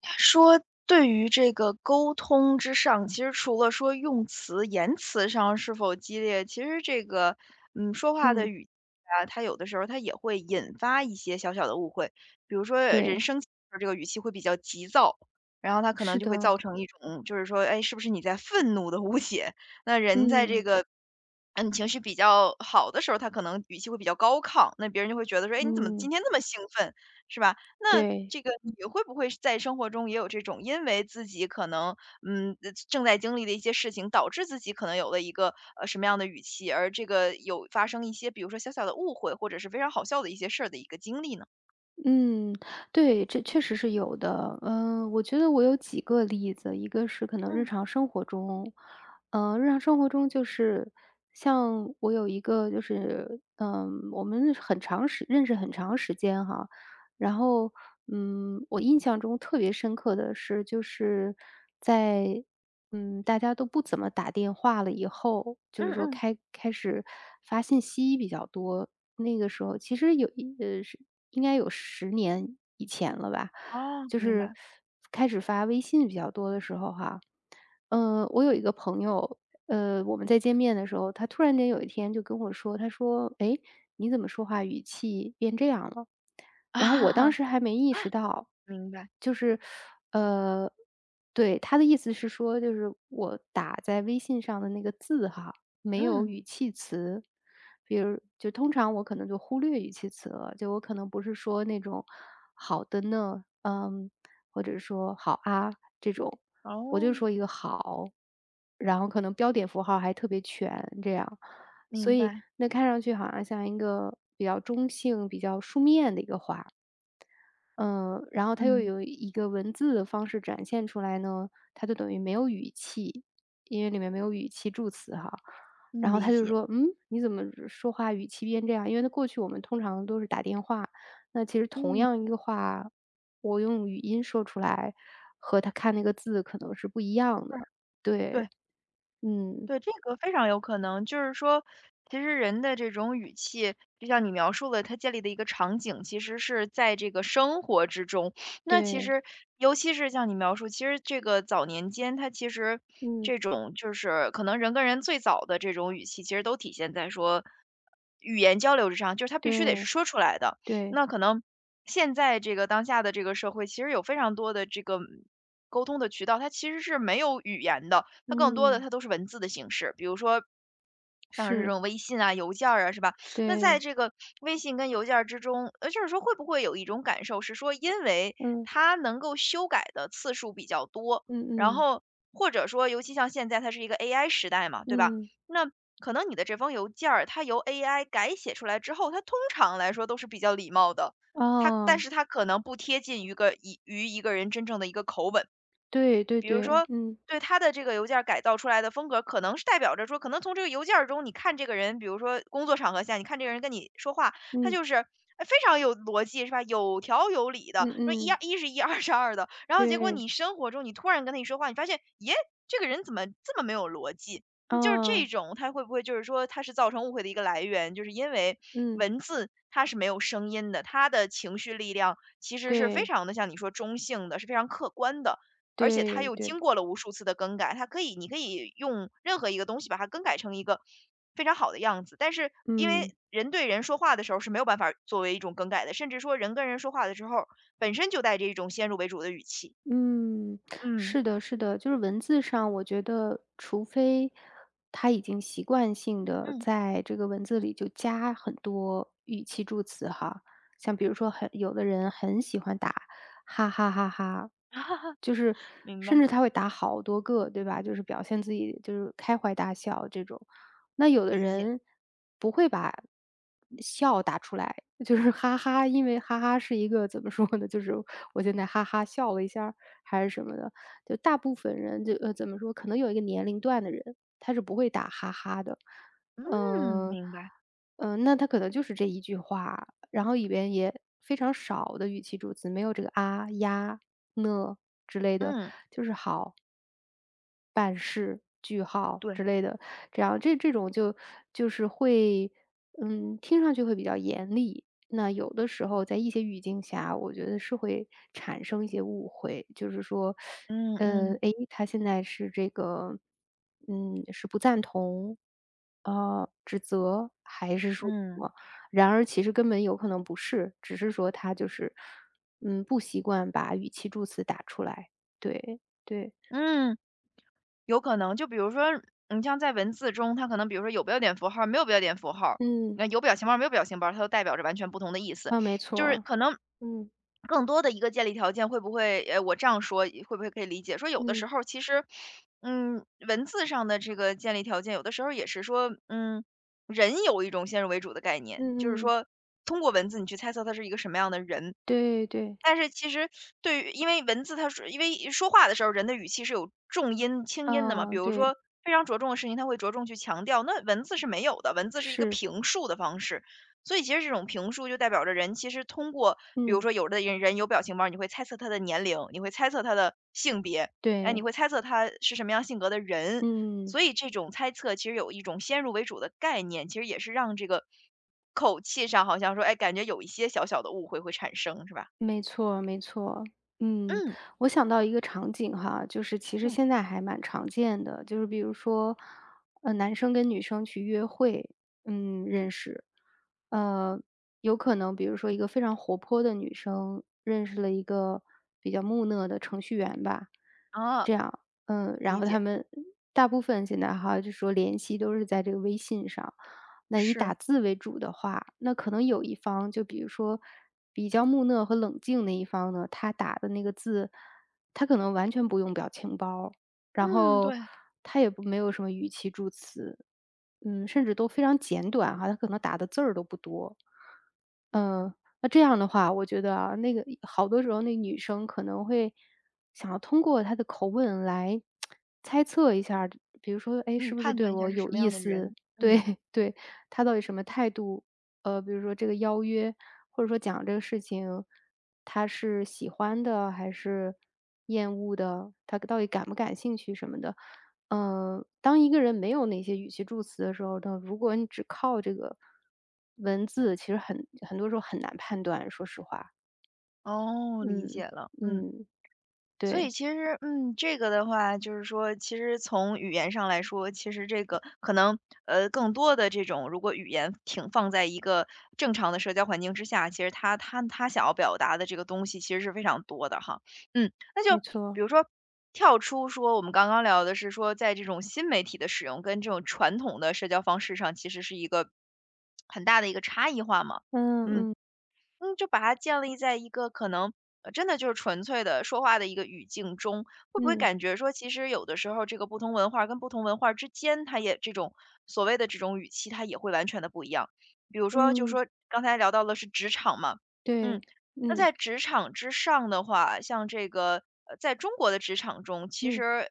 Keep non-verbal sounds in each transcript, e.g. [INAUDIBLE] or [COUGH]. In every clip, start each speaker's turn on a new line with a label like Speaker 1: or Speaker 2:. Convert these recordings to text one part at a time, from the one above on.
Speaker 1: 说对于这个沟通之上，其实除了说用词、言辞上是否激烈，其实这个，说话的
Speaker 2: 嗯，
Speaker 1: 语气啊，它有的时候它也会引发一些小小的误会。比如说人
Speaker 2: 对，
Speaker 1: 生气的时候这个语气会比较急躁，然后它可能
Speaker 2: 是
Speaker 1: 就会
Speaker 2: 的，
Speaker 1: 造成一种就是说，哎，是不是你在愤怒的误解？那人在这
Speaker 2: 嗯
Speaker 1: 个，情绪比较好的时候，他可能语气会比较高亢，那别人就会觉得说，哎，你怎么今
Speaker 2: 嗯，
Speaker 1: 天那么兴奋，是吧？那
Speaker 2: 对，
Speaker 1: 这个你会不会在生活中也有这种，因为自己可能，正在经历的一些事情，导致自己可能有了一个，什么样的语气，而这个有发生一些，比如说小小的误会，或者是非常好笑的一些事儿的一个经历呢？
Speaker 2: 嗯，对，这确实是有的。嗯，我觉得我有几个例子，一个是可能日
Speaker 1: 嗯。
Speaker 2: 常生活中，日常生活中就是像我有一个就是，我们认识很长时间哈，然后我印象中特别深刻的是，就是在大家都不怎么打电话了以后，就
Speaker 1: 嗯
Speaker 2: 是说
Speaker 1: 嗯。
Speaker 2: 开始发信息比较多。那个时候其实是应该有10年以前了吧，
Speaker 1: 哦，
Speaker 2: 就
Speaker 1: 明
Speaker 2: 是
Speaker 1: 白。
Speaker 2: 开始发微信比较多的时候哈，我有一个朋友，我们在见面的时候，他突然间有一天就跟我说，他说："哎，你怎么说话语气变这样了？"
Speaker 1: [LAUGHS] 啊
Speaker 2: 然后我当
Speaker 1: 哈。
Speaker 2: 时还没意识到，
Speaker 1: 明白。
Speaker 2: 就是，呃，对，他的意思是说，就是我打在微信上的那个字哈，没有
Speaker 1: 嗯。
Speaker 2: 语气词。比如就通常我可能就忽略语气词了，就我可能不是说那种"好的呢"，或者说"好啊"这种。我
Speaker 1: 哦，
Speaker 2: 就说一个"好"，然后可能标点符号还特别全这样，所
Speaker 1: 明
Speaker 2: 以
Speaker 1: 白。
Speaker 2: 那看上去好像像一个比较中性、比较书面的一个话。然后它又
Speaker 1: 嗯。
Speaker 2: 有一个文字的方式展现出来呢，它就等于没有语气，因为里面没有语气助词哈。
Speaker 1: 嗯，
Speaker 2: 然后
Speaker 1: 理
Speaker 2: 他就
Speaker 1: 解。
Speaker 2: 说："嗯，你怎么说话语气变这样？"因为他过去我们通常都是打电话，那其实同
Speaker 1: 嗯。
Speaker 2: 样一个话，我用语音说出来，和他看那个字可能是不一样
Speaker 1: 是。
Speaker 2: 的。对，
Speaker 1: 对。
Speaker 2: 嗯，
Speaker 1: 对，这个非常有可能，就是说，其实人的这种语气，就像你描述了，他建立的一个场景，其实是在这个生活之中。那其
Speaker 2: 对，
Speaker 1: 实，尤其是像你描述，其实这个早年间，他其实
Speaker 2: 嗯，
Speaker 1: 这种就是可能人跟人最早的这种语气，其实都体现在说语言交流之上，就是他必须得是
Speaker 2: 对，
Speaker 1: 说出来的。
Speaker 2: 对，
Speaker 1: 那可能现在这个当下的这个社会，其实有非常多的这个沟通的渠道，它其实是没有语言的。它更多的
Speaker 2: 嗯，
Speaker 1: 它都是文字的形式，比如说像是这
Speaker 2: 是，
Speaker 1: 种微信啊、邮件儿啊，是吧？那在
Speaker 2: 对，
Speaker 1: 这个微信跟邮件儿之中，就是说会不会有一种感受是说，因为
Speaker 2: 嗯，
Speaker 1: 它能够修改的次数比较多，
Speaker 2: 嗯
Speaker 1: 然
Speaker 2: 嗯，
Speaker 1: 后或者说，尤其像现在它是一个 AI 时代嘛，对吧？
Speaker 2: 嗯，
Speaker 1: 那可能你的这封邮件儿，它由 AI 改写出来之后，它通常来说都是比较礼貌的，它但
Speaker 2: 哦。
Speaker 1: 是它可能不贴近于个一于一个人真正的一个口吻。
Speaker 2: 对对对，嗯
Speaker 1: 对，他的这个邮件儿改造出来的风格，可能是代表着说，可能从这个邮件儿中，你看这个人，比如说工作场合下，你看这个人跟你说话，他
Speaker 2: 嗯
Speaker 1: 就是非常有逻辑，是吧？有条有理
Speaker 2: 嗯
Speaker 1: 的，说一
Speaker 2: 嗯，
Speaker 1: 一是一，二是二的。然后结果
Speaker 2: 对，
Speaker 1: 你生活中，你突然跟他一说话，你发现，耶，这个人怎么这么没有逻辑？就是这
Speaker 2: 啊，
Speaker 1: 种，他会不会就是说，他是造成误会的一个来源，就是因为
Speaker 2: 嗯，
Speaker 1: 文字它是没有声音的，他的情绪力量其实是非
Speaker 2: 对
Speaker 1: 常的，像你说中性的，是非常客观的。而且它
Speaker 2: 对
Speaker 1: 又
Speaker 2: 对，
Speaker 1: 经过了无数次的更改，它可以你可以用任何一个东西把它更改成一个非常好的样子。但是因
Speaker 2: 嗯。
Speaker 1: 为人对人说话的时候是没有办法作为一种更改的，甚至说人跟人说话的时候本身就带着一种先入为主的语气。
Speaker 2: 嗯，
Speaker 1: 嗯
Speaker 2: 是的，是的，就是文字上，我觉得除非他已经习惯性的
Speaker 1: 嗯。
Speaker 2: 在这个文字里就加很多语气助词哈，像比如说很有的人很喜欢打哈哈哈哈，就是
Speaker 1: 明
Speaker 2: 甚
Speaker 1: 白。
Speaker 2: 至他会打好多个，对吧？就是表现自己就是开怀大笑这种。那有的
Speaker 1: 理解。
Speaker 2: 人不会把笑打出来，就是哈哈，因为哈哈是一个怎么说呢，就是我现在哈哈笑了一下儿还是什么的，就大部分人就怎么说，可能有一个年龄段的人，他是不会打哈哈的。
Speaker 1: 嗯，
Speaker 2: 嗯，
Speaker 1: 明白。
Speaker 2: 那他可能就是这一句话，然后里边也非常少的语气助词，没有这个啊、呀、呢之类的，
Speaker 1: 嗯。
Speaker 2: 就是好。办事句号"
Speaker 1: 对。
Speaker 2: 之类的，这样这种就是会，听上去会比较严厉。那有的时候在一些语境下，我觉得是会产生一些误会，就是说，
Speaker 1: 嗯嗯
Speaker 2: 诶，他现在是这个，是不赞同，指责还是说什
Speaker 1: 嗯
Speaker 2: 么？然而其实根本有可能不是，只是说他就是，不习惯把语气助词打出来，对，对，
Speaker 1: 嗯。有可能，就比如说，你像在文字中，它可能比如说有标点符号没有标点符号
Speaker 2: 嗯。
Speaker 1: 那有表情包没有表情包它都代表着完全不同的意思。
Speaker 2: 啊，没
Speaker 1: 就是
Speaker 2: 错。
Speaker 1: 可能
Speaker 2: 嗯，
Speaker 1: 更多的一个建立条件，会不会，我这样说会不会可以理解？说有的
Speaker 2: 嗯，
Speaker 1: 时候其实，文字上的这个建立条件，有的时候也是说，人有一种先入为主的概念，就是
Speaker 2: 嗯嗯，
Speaker 1: 说通过文字你去猜测他是一个什么样的人。
Speaker 2: 对对，
Speaker 1: 但是其实对于因为文字它是因为说话的时候，人的语气是有重音、轻音的嘛。
Speaker 2: 啊，
Speaker 1: 比如
Speaker 2: 对，
Speaker 1: 说非常着重的事情，他会着重去强调，那文字是没有的，文字是一个
Speaker 2: 是，
Speaker 1: 评述的方式。所以其实这种评述就代表着人其实通过，比如
Speaker 2: 嗯，
Speaker 1: 说有的人有表情包，你会猜测他的年龄，你会猜测他的性别，哎，你
Speaker 2: 对，
Speaker 1: 会猜测他是什么样性格的人。
Speaker 2: 嗯，
Speaker 1: 所以这种猜测其实有一种先入为主的概念，其实也是让这个口气上好像说，哎，感觉有一些小小的误会会产生，是吧？
Speaker 2: 没错没错。嗯，
Speaker 1: 嗯
Speaker 2: 我想到一个场景哈，就是其实
Speaker 1: 嗯。
Speaker 2: 现在还蛮常见的，就是比如说，男生跟女生去约会，认识，呃，有可能比如说一个非常活泼的女生认识了一个比较木讷的程序员吧，
Speaker 1: 啊，
Speaker 2: 嗯，然
Speaker 1: 理
Speaker 2: 后
Speaker 1: 解。
Speaker 2: 他们大部分现在哈，就说联系都是在这个微信上。那以打
Speaker 1: 是。
Speaker 2: 字为主的话，那可能有一方，就比如说比较木讷和冷静那一方呢，他打的那个字，他可能完全不用表情包，然
Speaker 1: 嗯。
Speaker 2: 后
Speaker 1: 对。
Speaker 2: 他也不没有什么语气助词，甚至都非常简短哈，他可能打的字儿都不多。嗯，那这样的话，我觉得啊，那个好多时候那女生可能会想要通过她的口吻来猜测一下儿比如说，哎，
Speaker 1: 嗯，
Speaker 2: 是不是
Speaker 1: 判
Speaker 2: 对
Speaker 1: 断一下
Speaker 2: 我
Speaker 1: 是什
Speaker 2: 有
Speaker 1: 么
Speaker 2: 意
Speaker 1: 样的
Speaker 2: 思？
Speaker 1: 人。
Speaker 2: 对
Speaker 1: 嗯。
Speaker 2: [LAUGHS] 对，她到底什么态度？比如说这个邀约，或者说讲这个事情，他是喜欢的还是厌恶的，他到底感不感兴趣什么的。当一个人没有那些语气助词的时候呢，如果你只靠这个文字，其实很多时候很难判断，说实话。
Speaker 1: 哦，理解
Speaker 2: 嗯，
Speaker 1: 了。嗯。
Speaker 2: 嗯，
Speaker 1: 所以
Speaker 2: 对，
Speaker 1: 其实，这个的话就是说，其实从语言上来说，其实这个可能，更多的这种，如果语言挺放在一个正常的社交环境之下，其实他想要表达的这个东西其实是非常多的哈。嗯，那就
Speaker 2: 没
Speaker 1: 比
Speaker 2: 错。
Speaker 1: 如说跳出说，我们刚刚聊的是说，在这种新媒体的使用跟这种传统的社交方式上，其实是一个很大的一个差异化嘛。
Speaker 2: 嗯
Speaker 1: 嗯。
Speaker 2: 嗯
Speaker 1: 嗯，就把它建立在一个可能，真的就是纯粹的说话的一个语境中，会不会
Speaker 2: 嗯
Speaker 1: 感觉说，其实有的时候这个不同文化跟不同文化之间，它也这种所谓的这种语气，它也会完全的不一样。比如说，就
Speaker 2: 嗯，
Speaker 1: 说刚才聊到了是职场嘛。
Speaker 2: 对，
Speaker 1: 嗯。那
Speaker 2: 嗯
Speaker 1: 在职场之上的话，像这个，在中国的职场中，其
Speaker 2: 嗯
Speaker 1: 实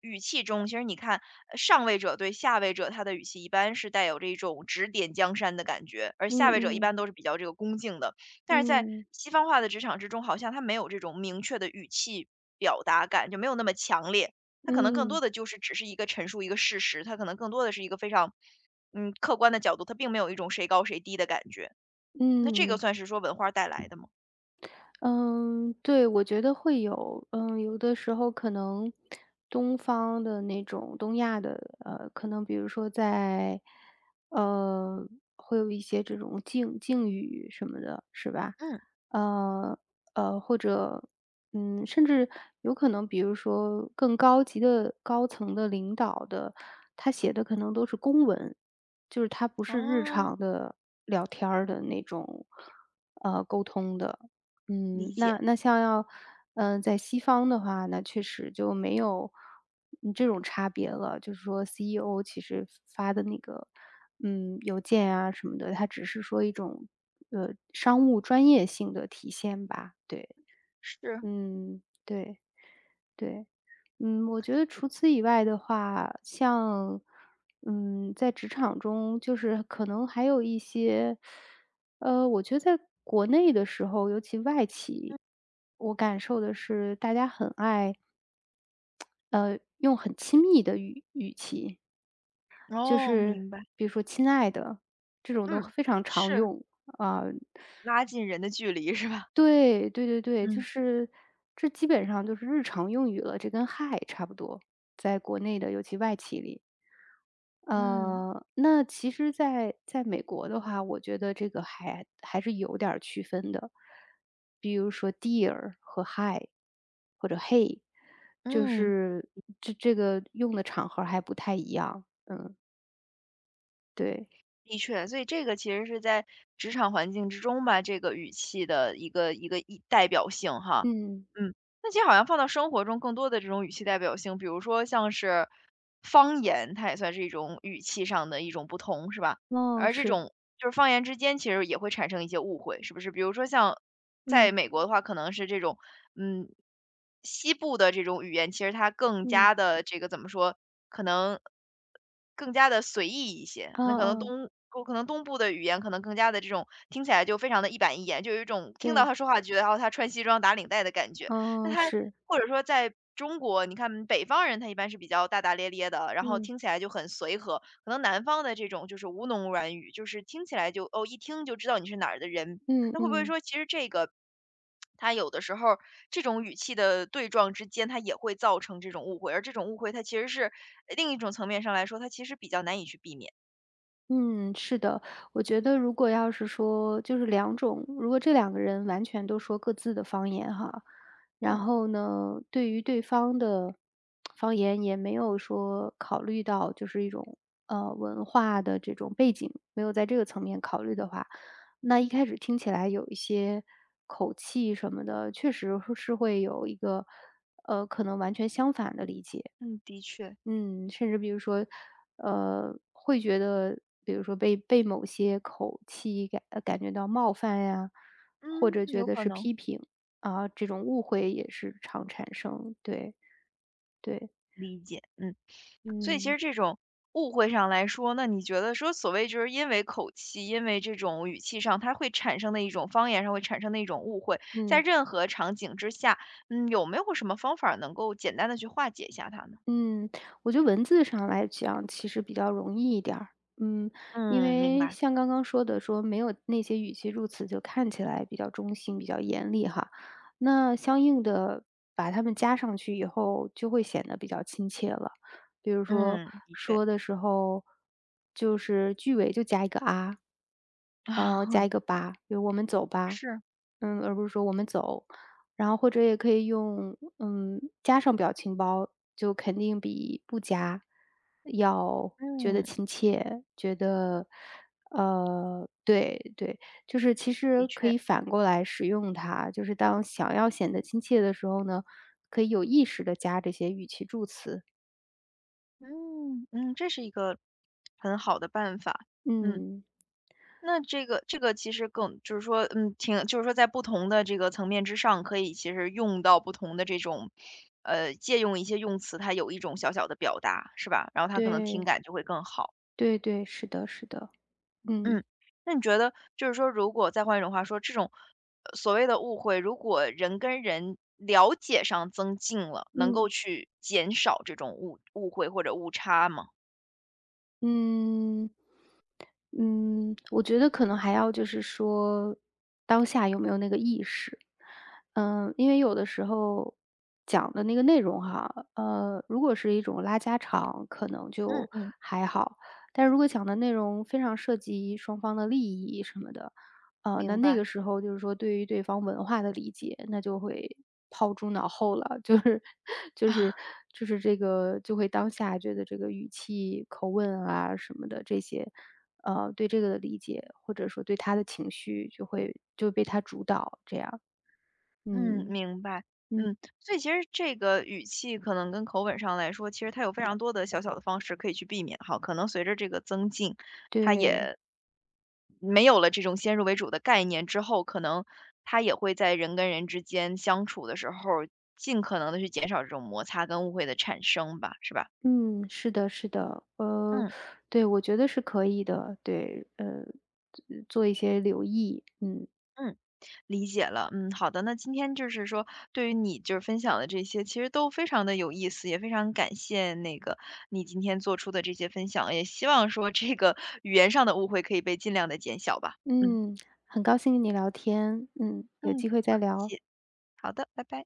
Speaker 1: 语气中，其实你看上位者对下位者，他的语气一般是带有这种指点江山的感觉，而下
Speaker 2: 嗯
Speaker 1: 位者一
Speaker 2: 嗯
Speaker 1: 般都是比较这个恭敬的。但是在
Speaker 2: 嗯
Speaker 1: 西方化的职场之中，好像他没有这种明确的语气表达感，就没有那么强烈。他可能更多
Speaker 2: 嗯
Speaker 1: 的就是只是一个陈述一个事实，他可能更多的是一个非常，客观的角度，他并没有一种谁高谁低的感觉。那这个
Speaker 2: 嗯。
Speaker 1: 算是说文化带来的吗？
Speaker 2: 嗯，对，我觉得会有。嗯，有的时候可能东方的那种东亚的，可能比如说在，呃，会有一些这种敬语什么的，是吧？
Speaker 1: 嗯。
Speaker 2: 呃或者甚至有可能，比如说更高级的高层的领导的，他写的可能都是公文，就是他不是日
Speaker 1: 哦，
Speaker 2: 常的聊天儿的那种，沟通的。
Speaker 1: 理
Speaker 2: 嗯，
Speaker 1: 解。
Speaker 2: 那那像要，嗯，在西方的话，那确实就没有，这种差别了。就是说，CEO 其实发的那个，邮件啊什么的，它只是说一种，商务专业性的体现吧。对，
Speaker 1: 是。
Speaker 2: 嗯，对对。嗯，我觉得除此以外的话，像，在职场中，就是可能还有一些，我觉得在国内的时候，尤其外企，我感受的是大家很爱，用很亲密的语气，就
Speaker 1: 哦，
Speaker 2: 是
Speaker 1: 明白。
Speaker 2: 比如说"亲爱的"这种都
Speaker 1: 嗯。
Speaker 2: 非常常
Speaker 1: 是。
Speaker 2: 用啊。
Speaker 1: 拉近人的距离是吧？
Speaker 2: 对，对对对，就
Speaker 1: 嗯。
Speaker 2: 是这基本上就是日常用语了，这跟 Hi 差不多，在国内的尤其外企里。
Speaker 1: 嗯。
Speaker 2: 那其实在美国的话，我觉得这个还是有点儿区分的。比如说 Dear 和 Hi 或者 Hey,就
Speaker 1: 嗯，
Speaker 2: 是这个用的场合还不太一样。嗯，对。
Speaker 1: 的确，所以这个其实是在职场环境之中吧，这个语气的一个代表性哈。
Speaker 2: 嗯，
Speaker 1: 嗯。那其实好像放到生活中更多的这种语气代表性，比如说像是方言，它也算是一种语气上的一种不同，是吧？
Speaker 2: 哦，
Speaker 1: 而这
Speaker 2: 是，
Speaker 1: 种就是方言之间其实也会产生一些误会，是不是？比如说像在
Speaker 2: 嗯，
Speaker 1: 美国的话，可能是这种，嗯，西部的这种语言，其实它更
Speaker 2: 嗯，
Speaker 1: 加的这个怎么说，可能更加的随意一些。
Speaker 2: 哦
Speaker 1: 那可能
Speaker 2: 哦，
Speaker 1: 东可能东部的语言可能更加的这种听起来就非常的一板一眼，就有一种听到
Speaker 2: 对，
Speaker 1: 他说话觉得，哦，他穿西装打领带的感觉。那
Speaker 2: 哦，
Speaker 1: 他
Speaker 2: 是，
Speaker 1: 或者说在中国，你看北方人他一般是比较大大咧咧的，然后
Speaker 2: 嗯。
Speaker 1: 听起来就很随和。可能南方的这种就是吴侬软语，就是听起来就哦，一听就知道你是哪儿的人。
Speaker 2: 嗯
Speaker 1: 那会不会
Speaker 2: 嗯
Speaker 1: 说，其实这个它有的时候这种语气的对撞之间，它也会造成这种误会，而这种误会它其实是另一种层面上来说，它其实比较难以去避免。
Speaker 2: 嗯，是的，我觉得如果要是说就是两种，如果这两个人完全都说各自的方言哈，然
Speaker 1: 嗯
Speaker 2: 后呢，对于对方的方言也没有说考虑到就是一种文化的这种背景，没有在这个层面考虑的话，那一开始听起来有一些口气什么的，确实是会有一个，可能完全相反的理解。
Speaker 1: 嗯，的确。
Speaker 2: 嗯，甚至比如说，会觉得，比如说被某些口气感觉到冒犯呀，或者
Speaker 1: 嗯，
Speaker 2: 觉
Speaker 1: 有
Speaker 2: 得
Speaker 1: 可
Speaker 2: 是
Speaker 1: 能。
Speaker 2: 批评，啊，这种误会也是常产生，对，对，
Speaker 1: 理解。嗯。所以其实
Speaker 2: 嗯。
Speaker 1: 这种误会上来说，那你觉得说所谓就是因为口气，因为这种语气上，它会产生的一种方言上会产生的一种误会，在
Speaker 2: 嗯。
Speaker 1: 任何场景之下，有没有什么方法能够简单的去化解一下它呢？
Speaker 2: 嗯，我觉得文字上来讲其实比较容易一点儿。嗯，因
Speaker 1: 嗯，明
Speaker 2: 为
Speaker 1: 白。
Speaker 2: 像刚刚说的说没有那些语气助词就看起来比较中性、比较严厉哈，那相应的把它们加上去以后就会显得比较亲切了。比如说
Speaker 1: 嗯，的确。
Speaker 2: 说的时候，就是句尾就加一个"啊"，
Speaker 1: [LAUGHS]，啊。
Speaker 2: 加一个"吧"，比如"我们走吧"，
Speaker 1: 是。
Speaker 2: 而不是说"我们走"。然后或者也可以用加上表情包，就肯定比不加要觉得
Speaker 1: 嗯，
Speaker 2: 亲切，觉得对对，就是其
Speaker 1: 的
Speaker 2: 实可
Speaker 1: 确。
Speaker 2: 以反过来使用它，就是当想要显得亲切的时候呢，可以有意识的加这些语气助词。
Speaker 1: 嗯。嗯，这是一个很好的办法。嗯。
Speaker 2: 嗯，
Speaker 1: 那这个这个其实更就是说，挺就是说在不同的这个层面之上，可以其实用到不同的这种，借用一些用词，它有一种小小的表达，是吧？然后它可能听
Speaker 2: 对，
Speaker 1: 感就会更好。
Speaker 2: 对对，是的是的，嗯，
Speaker 1: 嗯。那你觉得就是说，如果再换一种话说，这种所谓的误会，如果人跟人了解上增进了，能
Speaker 2: 嗯。
Speaker 1: 够去减少这种误会或者误差吗？
Speaker 2: 嗯，嗯，我觉得可能还要就是说，当下有没有那个意识。嗯，因为有的时候讲的那个内容哈，如果是一种拉家常，可能
Speaker 1: 嗯
Speaker 2: 就
Speaker 1: 嗯，
Speaker 2: 还好，但如果讲的内容非常涉及双方的利益什么的，那
Speaker 1: 明
Speaker 2: 那
Speaker 1: 白。
Speaker 2: 个时候就是说对于对方文化的理解，那就会抛诸脑后了，[LAUGHS] 就是就是这个就会当下觉得这个语气、口吻啊什么的这些，对这个的理解，或者说对他的情绪就会就被他主导这样。
Speaker 1: 嗯，
Speaker 2: 嗯，
Speaker 1: 明白。嗯，所以其实这个语气可能跟口吻上来说，其实它有非常多的小小的方式可以去避免哈。可能随着这个增进，它
Speaker 2: 对，
Speaker 1: 也没有了这种先入为主的概念之后，可能他也会在人跟人之间相处的时候，尽可能的去减少这种摩擦跟误会的产生吧，是吧？
Speaker 2: 嗯，是的，是的，
Speaker 1: 嗯。
Speaker 2: 对，我觉得是可以的，对，做一些留意，嗯。
Speaker 1: 嗯，理解了。嗯，好的，那今天就是说，对于你就是分享的这些，其实都非常的有意思，也非常感谢那个你今天做出的这些分享，也希望说这个语言上的误会可以被尽量的减小吧。嗯
Speaker 2: 嗯，很高兴跟你聊天，有
Speaker 1: 嗯，
Speaker 2: 机会
Speaker 1: 不
Speaker 2: 再
Speaker 1: 客
Speaker 2: 聊。
Speaker 1: 气。好的，拜拜。